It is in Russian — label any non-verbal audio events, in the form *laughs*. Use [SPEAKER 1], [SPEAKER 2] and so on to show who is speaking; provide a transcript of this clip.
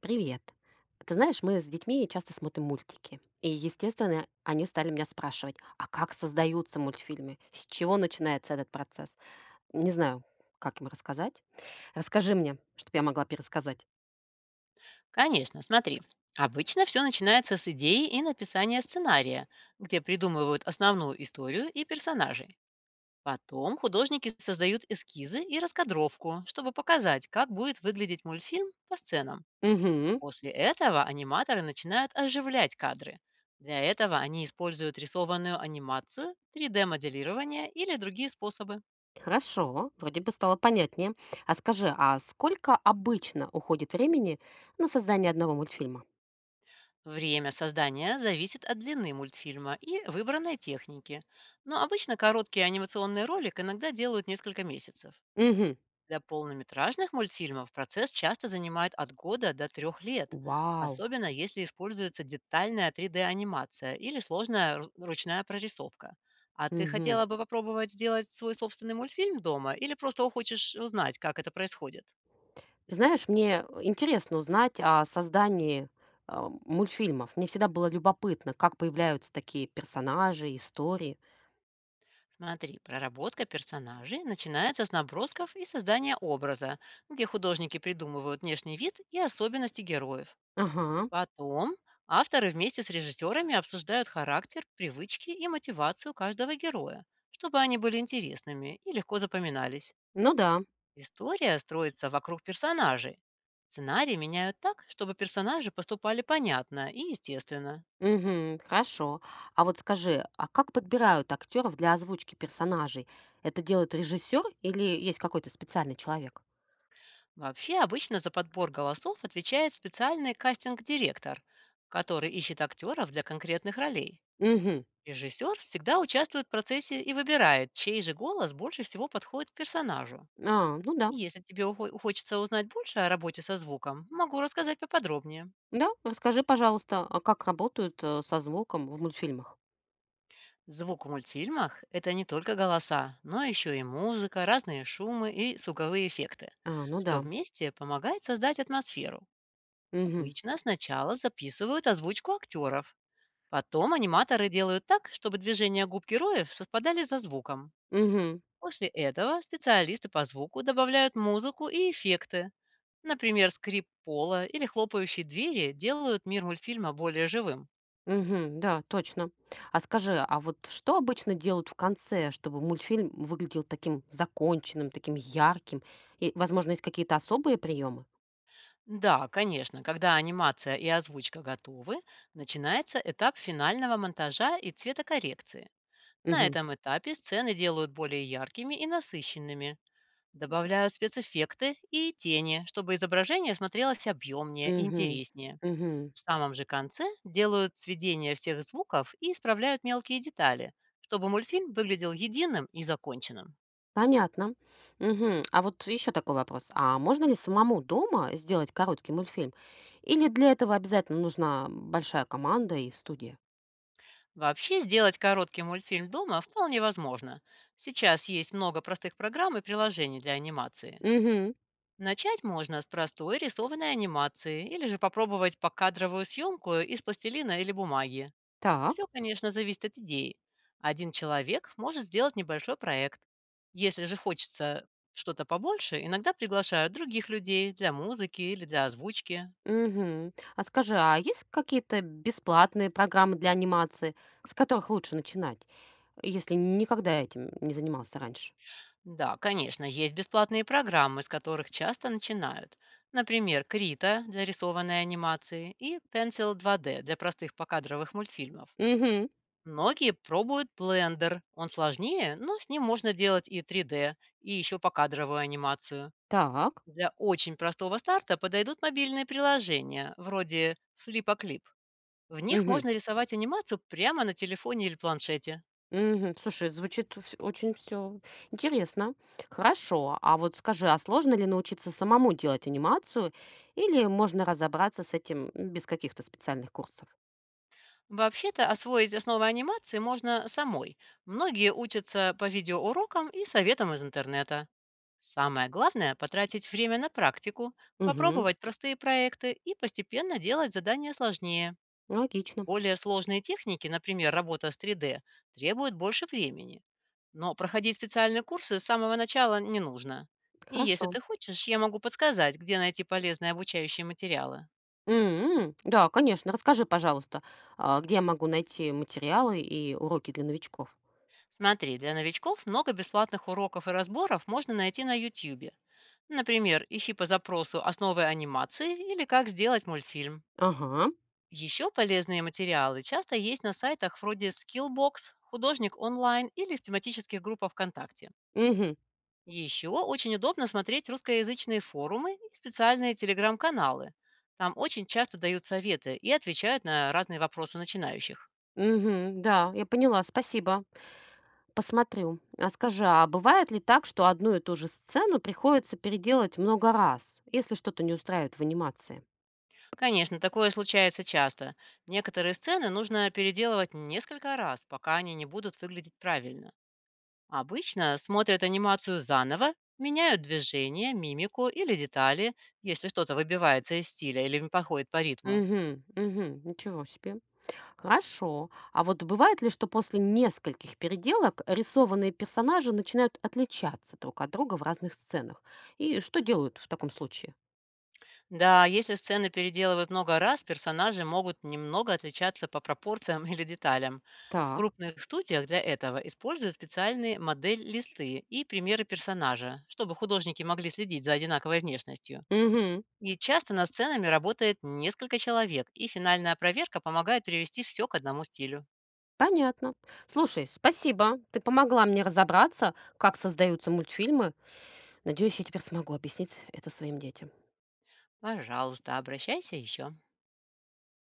[SPEAKER 1] Привет. Ты знаешь, мы с детьми часто смотрим мультики. И, естественно, они стали меня спрашивать, а как создаются мультфильмы? С чего начинается этот процесс? Не знаю, как им рассказать. Расскажи мне, чтобы я могла пересказать.
[SPEAKER 2] Конечно, смотри. Обычно все начинается с идеи и написания сценария, где придумывают основную историю и персонажей. Потом художники создают эскизы и раскадровку, чтобы показать, как будет выглядеть мультфильм по сценам.
[SPEAKER 1] Угу,
[SPEAKER 2] После этого аниматоры начинают оживлять кадры. Для этого они используют рисованную анимацию, 3D-моделирование или другие способы.
[SPEAKER 1] хорошо, вроде бы стало понятнее. А скажи, а сколько обычно уходит времени на создание одного мультфильма?
[SPEAKER 2] Время создания зависит от длины мультфильма и выбранной техники, но обычно короткий анимационный ролик иногда делают несколько месяцев.
[SPEAKER 1] Угу.
[SPEAKER 2] Для полнометражных мультфильмов процесс часто занимает от года до трех лет,
[SPEAKER 1] Вау.
[SPEAKER 2] особенно если используется детальная 3D-анимация или сложная ручная прорисовка. А ты
[SPEAKER 1] Угу.
[SPEAKER 2] хотела бы попробовать сделать свой собственный мультфильм дома или просто хочешь узнать, как это происходит?
[SPEAKER 1] Ты знаешь, мне интересно узнать о создании мультфильмов. Мне всегда было любопытно, как появляются такие персонажи, истории.
[SPEAKER 2] Смотри, проработка персонажей начинается с набросков и создания образа, где художники придумывают внешний вид и особенности героев.
[SPEAKER 1] Ага,
[SPEAKER 2] Потом авторы вместе с режиссерами обсуждают характер, привычки и мотивацию каждого героя, чтобы они были интересными и легко запоминались.
[SPEAKER 1] ну да.
[SPEAKER 2] История строится вокруг персонажей. Сценарии меняют так, чтобы персонажи поступали понятно и естественно.
[SPEAKER 1] Мгм, хорошо. А вот скажи, а как подбирают актеров для озвучки персонажей? Это делает режиссер или есть какой-то специальный человек?
[SPEAKER 2] Вообще, обычно за подбор голосов отвечает специальный кастинг-директор, который ищет актеров для конкретных ролей.
[SPEAKER 1] Угу.
[SPEAKER 2] Режиссер всегда участвует в процессе и выбирает, чей же голос больше всего подходит к персонажу.
[SPEAKER 1] А, ну да.
[SPEAKER 2] И если тебе хочется узнать больше о работе со звуком, могу рассказать поподробнее.
[SPEAKER 1] Да, расскажи, пожалуйста, а как работают со звуком в мультфильмах?
[SPEAKER 2] Звук в мультфильмах — это не только голоса, но еще и музыка, разные шумы и звуковые эффекты.
[SPEAKER 1] А, ну да.
[SPEAKER 2] Все вместе помогает создать атмосферу. Обычно сначала записывают озвучку актеров. Потом аниматоры делают так, чтобы движения губ героев совпадали со звуком.
[SPEAKER 1] Угу.
[SPEAKER 2] После этого специалисты по звуку добавляют музыку и эффекты. Например, скрип пола или хлопающие двери делают мир мультфильма более живым.
[SPEAKER 1] Мгм. Да, точно. А скажи, а вот что обычно делают в конце, чтобы мультфильм выглядел таким законченным, таким ярким? И, возможно, есть какие-то особые приемы?
[SPEAKER 2] Да, конечно, когда анимация и озвучка готовы, начинается этап финального монтажа и цветокоррекции. На
[SPEAKER 1] Мгм.
[SPEAKER 2] этом этапе сцены делают более яркими и насыщенными. Добавляют спецэффекты и тени, чтобы изображение смотрелось объемнее и
[SPEAKER 1] Мгм.
[SPEAKER 2] интереснее.
[SPEAKER 1] Мгм.
[SPEAKER 2] В самом же конце делают сведение всех звуков и исправляют мелкие детали, чтобы мультфильм выглядел единым и законченным.
[SPEAKER 1] Понятно. Мгм. А вот еще такой вопрос. А можно ли самому дома сделать короткий мультфильм? Или для этого обязательно нужна большая команда и студия?
[SPEAKER 2] Вообще сделать короткий мультфильм дома вполне возможно. Сейчас есть много простых программ и приложений для анимации.
[SPEAKER 1] Угу.
[SPEAKER 2] Начать можно с простой рисованной анимации или же попробовать покадровую съемку из пластилина или бумаги. Все,
[SPEAKER 1] Так.
[SPEAKER 2] конечно, зависит от идеи. Один человек может сделать небольшой проект. Если же хочется что-то побольше, иногда приглашают других людей для музыки или для озвучки.
[SPEAKER 1] Угу. А скажи, а есть какие-то бесплатные программы для анимации, с которых лучше начинать? Если никогда этим не занимался раньше.
[SPEAKER 2] Да, конечно, есть бесплатные программы, с которых часто начинают. Например, Крита для рисованной анимации и Pencil 2D для простых покадровых мультфильмов.
[SPEAKER 1] Мгм.
[SPEAKER 2] Многие пробуют Blender. Он сложнее, но с ним можно делать и 3D, и еще покадровую анимацию.
[SPEAKER 1] Так.
[SPEAKER 2] Для очень простого старта подойдут мобильные приложения, вроде Flipa. В них
[SPEAKER 1] Мгм.
[SPEAKER 2] можно рисовать анимацию прямо на телефоне или планшете.
[SPEAKER 1] Мгм. Слушай, звучит вс очень все интересно. Хорошо. А вот скажи, а сложно ли научиться самому делать анимацию или можно разобраться с этим без каких-то специальных курсов?
[SPEAKER 2] Вообще-то освоить основы анимации можно самой. Многие учатся по видеоурокам и советам из интернета. Самое главное — потратить время на практику,
[SPEAKER 1] Мгм.
[SPEAKER 2] попробовать простые проекты и постепенно делать задания сложнее.
[SPEAKER 1] Логично.
[SPEAKER 2] Более сложные техники, например, работа с 3D, требуют больше времени. Но проходить специальные курсы с самого начала не нужно. И если
[SPEAKER 1] Хорошо.
[SPEAKER 2] ты хочешь, я могу подсказать, где найти полезные обучающие материалы.
[SPEAKER 1] М. Да, конечно. Расскажи, пожалуйста, где я могу найти материалы и уроки для новичков?
[SPEAKER 2] Смотри, для новичков много бесплатных уроков и разборов можно найти на YouTube. Например, ищи по запросу «Основы анимации» или «Как сделать мультфильм».
[SPEAKER 1] Ага.
[SPEAKER 2] Еще полезные материалы часто есть на сайтах вроде Skillbox, Художник онлайн или в тематических группах ВКонтакте.
[SPEAKER 1] Мгм.
[SPEAKER 2] Еще очень удобно смотреть русскоязычные форумы и специальные телеграм-каналы. Там очень часто дают советы и отвечают на разные вопросы начинающих.
[SPEAKER 1] Мгм. Да, я поняла. Спасибо. Посмотрю. А скажи, а бывает ли так, что одну и ту же сцену приходится переделать много раз, если что-то не устраивает в анимации?
[SPEAKER 2] Конечно, такое случается часто. Некоторые сцены нужно переделывать несколько раз, пока они не будут выглядеть правильно. Обычно смотрят анимацию заново, меняют движение, мимику или детали, если что-то выбивается из стиля или не походит по ритму.
[SPEAKER 1] Угу, угу, ничего себе. Хорошо. А вот бывает ли, что после нескольких переделок рисованные персонажи начинают отличаться друг от друга в разных сценах? И что делают в таком случае?
[SPEAKER 2] Да, если сцены переделывают много раз, персонажи могут немного отличаться по пропорциям *laughs* или деталям. В
[SPEAKER 1] Так.
[SPEAKER 2] крупных студиях для этого используют специальные модель-листы и примеры персонажа, чтобы художники могли следить за одинаковой внешностью.
[SPEAKER 1] Угу.
[SPEAKER 2] И часто над сценами работает несколько человек, и финальная проверка помогает привести все к одному стилю.
[SPEAKER 1] Понятно. Слушай, спасибо. Ты помогла мне разобраться, как создаются мультфильмы. Надеюсь, я теперь смогу объяснить это своим детям.
[SPEAKER 2] Пожалуйста, обращайся еще.